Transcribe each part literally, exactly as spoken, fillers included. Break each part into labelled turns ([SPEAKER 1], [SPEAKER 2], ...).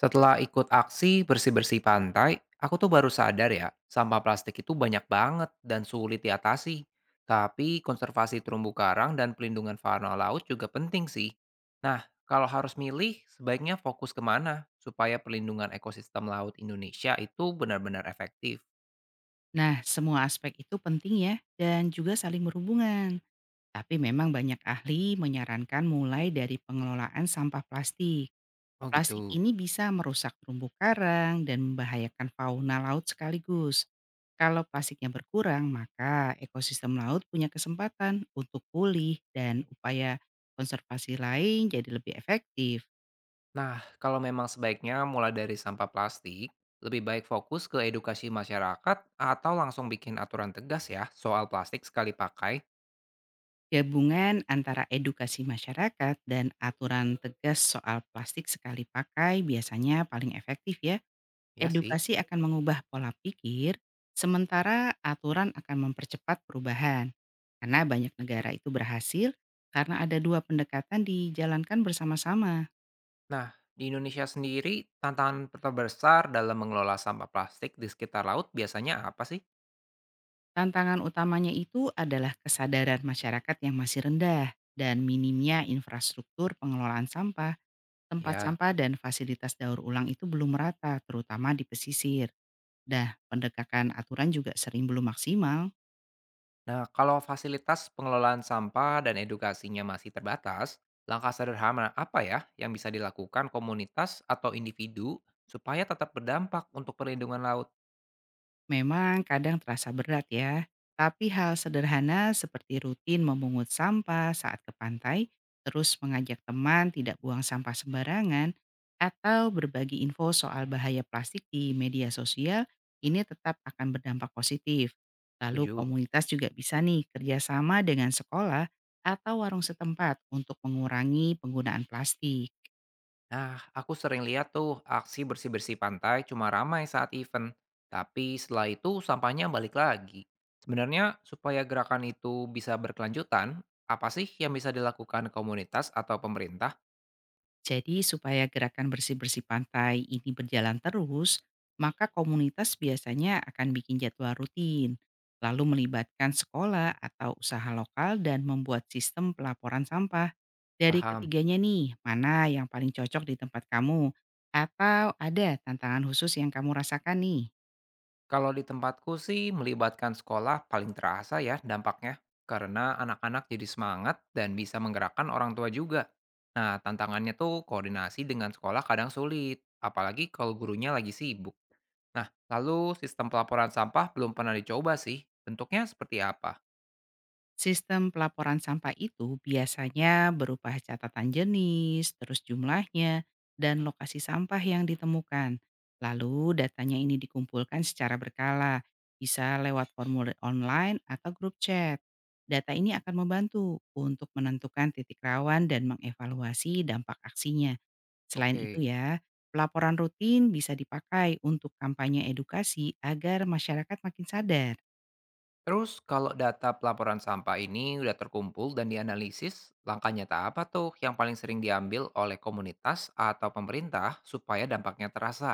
[SPEAKER 1] Setelah ikut aksi bersih-bersih pantai, aku tuh baru sadar ya, sampah plastik itu banyak banget dan sulit diatasi. Tapi konservasi terumbu karang dan pelindungan fauna laut juga penting sih. Nah, kalau harus milih, sebaiknya fokus kemana supaya perlindungan ekosistem laut Indonesia itu benar-benar efektif.
[SPEAKER 2] Nah, semua aspek itu penting ya, dan juga saling berhubungan. Tapi memang banyak ahli menyarankan mulai dari pengelolaan sampah plastik.
[SPEAKER 1] Oh
[SPEAKER 2] Plastik
[SPEAKER 1] gitu.
[SPEAKER 2] ini bisa merusak terumbu karang dan membahayakan fauna laut sekaligus. Kalau plastiknya berkurang, maka ekosistem laut punya kesempatan untuk pulih dan upaya konservasi lain jadi lebih efektif.
[SPEAKER 1] Nah, kalau memang sebaiknya mulai dari sampah plastik, lebih baik fokus ke edukasi masyarakat atau langsung bikin aturan tegas ya soal plastik sekali pakai.
[SPEAKER 2] Gabungan antara edukasi masyarakat dan aturan tegas soal plastik sekali pakai biasanya paling efektif ya.
[SPEAKER 1] Ya sih.
[SPEAKER 2] Edukasi akan mengubah pola pikir, sementara aturan akan mempercepat perubahan. Karena banyak negara itu berhasil karena ada dua pendekatan dijalankan bersama-sama.
[SPEAKER 1] Nah, di Indonesia sendiri, tantangan terbesar dalam mengelola sampah plastik di sekitar laut biasanya apa sih?
[SPEAKER 2] Tantangan utamanya itu adalah kesadaran masyarakat yang masih rendah dan minimnya infrastruktur pengelolaan sampah. Tempat
[SPEAKER 1] Ya.
[SPEAKER 2] sampah dan fasilitas daur ulang itu belum merata, terutama di pesisir. Dah, pendekatan aturan juga sering belum maksimal.
[SPEAKER 1] Nah, kalau fasilitas pengelolaan sampah dan edukasinya masih terbatas, langkah sederhana apa ya yang bisa dilakukan komunitas atau individu supaya tetap berdampak untuk perlindungan laut?
[SPEAKER 2] Memang kadang terasa berat ya, tapi hal sederhana seperti rutin memungut sampah saat ke pantai, terus mengajak teman tidak buang sampah sembarangan, atau berbagi info soal bahaya plastik di media sosial, ini tetap akan berdampak positif. Lalu
[SPEAKER 1] Tujuh.
[SPEAKER 2] komunitas juga bisa nih kerjasama dengan sekolah atau warung setempat untuk mengurangi penggunaan plastik.
[SPEAKER 1] Nah, aku sering lihat tuh aksi bersih-bersih pantai cuma ramai saat event, tapi setelah itu sampahnya balik lagi. Sebenarnya supaya gerakan itu bisa berkelanjutan, apa sih yang bisa dilakukan komunitas atau pemerintah?
[SPEAKER 2] Jadi supaya gerakan bersih-bersih pantai ini berjalan terus, maka komunitas biasanya akan bikin jadwal rutin, lalu melibatkan sekolah atau usaha lokal dan membuat sistem pelaporan sampah. Dari
[SPEAKER 1] Paham.
[SPEAKER 2] ketiganya nih, mana yang paling cocok di tempat kamu? Atau ada tantangan khusus yang kamu rasakan nih?
[SPEAKER 1] Kalau di tempatku sih melibatkan sekolah paling terasa ya dampaknya, karena anak-anak jadi semangat dan bisa menggerakkan orang tua juga. Nah, tantangannya tuh koordinasi dengan sekolah kadang sulit, apalagi kalau gurunya lagi sibuk. Nah, lalu sistem pelaporan sampah belum pernah dicoba sih, bentuknya seperti apa?
[SPEAKER 2] Sistem pelaporan sampah itu biasanya berupa catatan jenis, terus jumlahnya, dan lokasi sampah yang ditemukan. Lalu datanya ini dikumpulkan secara berkala, bisa lewat formulir online atau grup chat. Data ini akan membantu untuk menentukan titik rawan dan mengevaluasi dampak aksinya. Selain itu
[SPEAKER 1] Oke.
[SPEAKER 2] ya, pelaporan rutin bisa dipakai untuk kampanye edukasi agar masyarakat makin sadar.
[SPEAKER 1] Terus kalau data pelaporan sampah ini udah terkumpul dan dianalisis, langkah nyata apa tuh yang paling sering diambil oleh komunitas atau pemerintah supaya dampaknya terasa?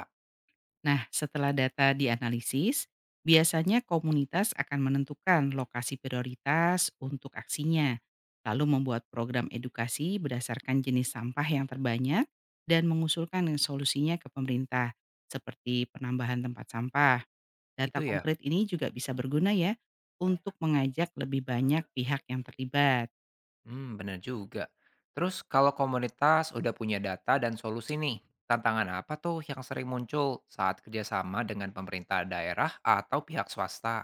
[SPEAKER 2] Nah, setelah data dianalisis, biasanya komunitas akan menentukan lokasi prioritas untuk aksinya, lalu membuat program edukasi berdasarkan jenis sampah yang terbanyak dan mengusulkan solusinya ke pemerintah, seperti penambahan tempat sampah.
[SPEAKER 1] Gitu
[SPEAKER 2] Data
[SPEAKER 1] ya.
[SPEAKER 2] konkret ini juga bisa berguna ya untuk mengajak lebih banyak pihak yang terlibat.
[SPEAKER 1] Hmm, bener juga. Terus kalau komunitas udah punya data dan solusi nih, tantangan apa tuh yang sering muncul saat kerjasama dengan pemerintah daerah atau pihak swasta?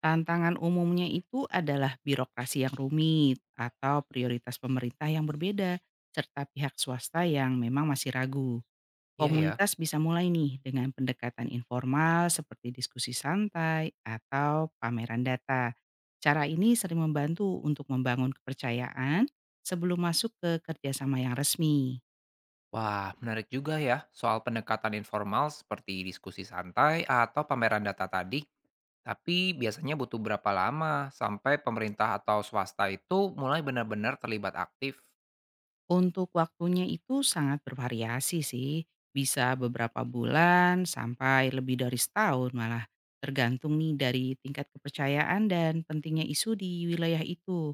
[SPEAKER 2] Tantangan umumnya itu adalah birokrasi yang rumit atau prioritas pemerintah yang berbeda, serta pihak swasta yang memang masih ragu.
[SPEAKER 1] Iya ya.
[SPEAKER 2] Komunitas bisa mulai nih dengan pendekatan informal seperti diskusi santai atau pameran data. Cara ini sering membantu untuk membangun kepercayaan sebelum masuk ke kerjasama yang resmi.
[SPEAKER 1] Wah, menarik juga ya soal pendekatan informal seperti diskusi santai atau pameran data tadi. Tapi biasanya butuh berapa lama sampai pemerintah atau swasta itu mulai benar-benar terlibat aktif?
[SPEAKER 2] Untuk waktunya itu sangat bervariasi sih, bisa beberapa bulan sampai lebih dari setahun malah, tergantung nih dari tingkat kepercayaan dan pentingnya isu di wilayah itu.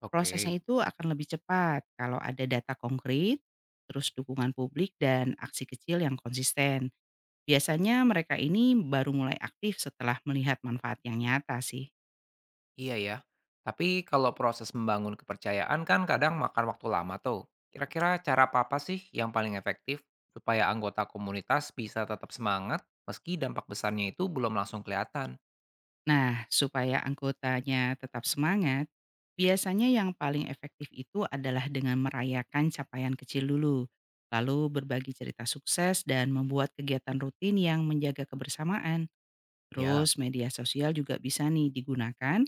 [SPEAKER 1] Oke.
[SPEAKER 2] Prosesnya itu akan lebih cepat kalau ada data konkret, terus dukungan publik dan aksi kecil yang konsisten. Biasanya mereka ini baru mulai aktif setelah melihat manfaat yang nyata sih.
[SPEAKER 1] Iya ya, tapi kalau proses membangun kepercayaan kan kadang makan waktu lama tuh. Kira-kira cara apa apa sih yang paling efektif supaya anggota komunitas bisa tetap semangat meski dampak besarnya itu belum langsung kelihatan?
[SPEAKER 2] Nah, supaya anggotanya tetap semangat, biasanya yang paling efektif itu adalah dengan merayakan capaian kecil dulu, lalu berbagi cerita sukses dan membuat kegiatan rutin yang menjaga kebersamaan.
[SPEAKER 1] Ya,
[SPEAKER 2] Terus media sosial juga bisa nih digunakan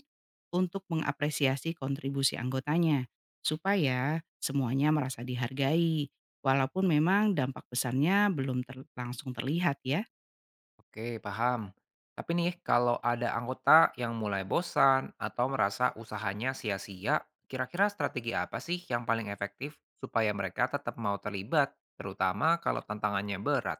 [SPEAKER 2] untuk mengapresiasi kontribusi anggotanya, supaya semuanya merasa dihargai, walaupun memang dampak besarnya belum ter- langsung terlihat ya.
[SPEAKER 1] oke paham. Tapi nih kalau ada anggota yang mulai bosan atau merasa usahanya sia-sia, kira-kira strategi apa sih yang paling efektif supaya mereka tetap mau terlibat, terutama kalau tantangannya berat?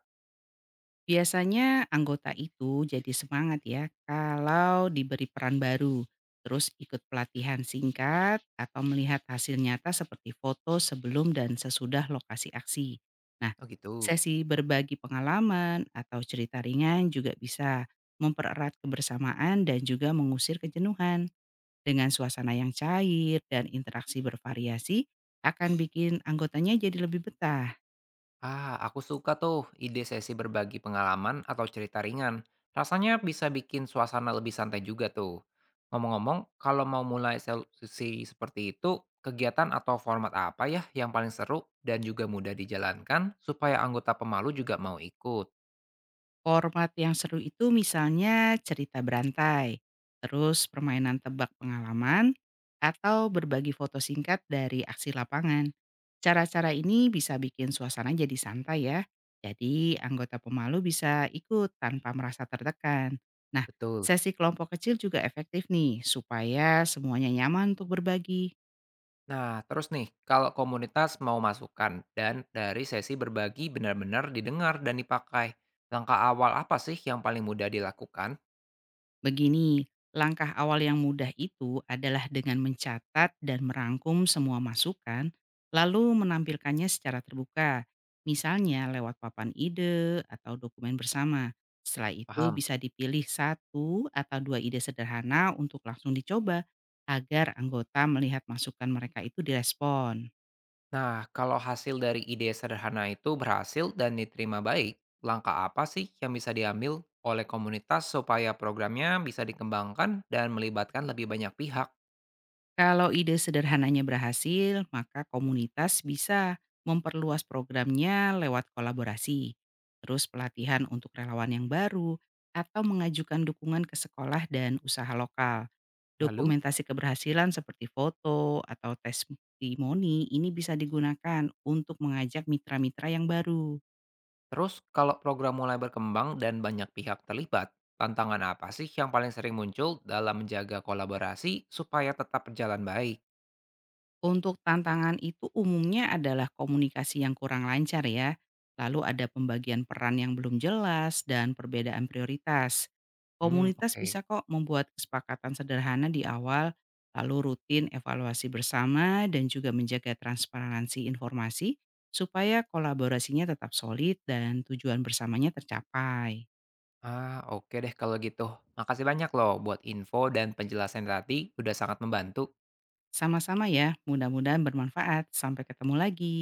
[SPEAKER 2] Biasanya anggota itu jadi semangat ya kalau diberi peran baru, terus ikut pelatihan singkat atau melihat hasil nyata seperti foto sebelum dan sesudah lokasi aksi. Nah,
[SPEAKER 1] Oh gitu.
[SPEAKER 2] sesi berbagi pengalaman atau cerita ringan juga bisa mempererat kebersamaan dan juga mengusir kejenuhan. Dengan suasana yang cair dan interaksi bervariasi akan bikin anggotanya jadi lebih betah.
[SPEAKER 1] Ah, aku suka tuh ide sesi berbagi pengalaman atau cerita ringan. Rasanya bisa bikin suasana lebih santai juga tuh. Ngomong-ngomong, kalau mau mulai sel- sesi seperti itu, kegiatan atau format apa ya yang paling seru dan juga mudah dijalankan supaya anggota pemalu juga mau ikut?
[SPEAKER 2] Format yang seru itu misalnya cerita berantai, terus permainan tebak pengalaman, atau berbagi foto singkat dari aksi lapangan. Cara-cara ini bisa bikin suasana jadi santai ya. Jadi anggota pemalu bisa ikut tanpa merasa tertekan. Nah,
[SPEAKER 1] Betul.
[SPEAKER 2] sesi kelompok kecil juga efektif nih supaya semuanya nyaman untuk berbagi.
[SPEAKER 1] Nah, terus nih, kalau komunitas mau masukan dan dari sesi berbagi benar-benar didengar dan dipakai, langkah awal apa sih yang paling mudah dilakukan?
[SPEAKER 2] Begini, langkah awal yang mudah itu adalah dengan mencatat dan merangkum semua masukan, lalu menampilkannya secara terbuka. Misalnya lewat papan ide atau dokumen bersama. Setelah itu
[SPEAKER 1] Paham?
[SPEAKER 2] bisa dipilih satu atau dua ide sederhana untuk langsung dicoba agar anggota melihat masukan mereka itu direspon.
[SPEAKER 1] Nah, kalau hasil dari ide sederhana itu berhasil dan diterima baik, langkah apa sih yang bisa diambil oleh komunitas supaya programnya bisa dikembangkan dan melibatkan lebih banyak pihak?
[SPEAKER 2] Kalau ide sederhananya berhasil, maka komunitas bisa memperluas programnya lewat kolaborasi, terus pelatihan untuk relawan yang baru, atau mengajukan dukungan ke sekolah dan usaha lokal.
[SPEAKER 1] Lalu,
[SPEAKER 2] Dokumentasi keberhasilan seperti foto atau testimoni ini bisa digunakan untuk mengajak mitra-mitra yang baru.
[SPEAKER 1] terus kalau program mulai berkembang dan banyak pihak terlibat, tantangan apa sih yang paling sering muncul dalam menjaga kolaborasi supaya tetap berjalan baik?
[SPEAKER 2] Untuk tantangan itu umumnya adalah komunikasi yang kurang lancar ya, lalu ada pembagian peran yang belum jelas dan perbedaan prioritas.
[SPEAKER 1] Hmm,
[SPEAKER 2] Komunitas bisa
[SPEAKER 1] oke.
[SPEAKER 2] kok membuat kesepakatan sederhana di awal, lalu rutin evaluasi bersama dan juga menjaga transparansi informasi supaya kolaborasinya tetap solid dan tujuan bersamanya tercapai.
[SPEAKER 1] Ah, oke deh kalau gitu. Makasih banyak loh buat info dan penjelasan tadi, udah sangat membantu.
[SPEAKER 2] Sama-sama ya, mudah-mudahan bermanfaat. Sampai ketemu lagi.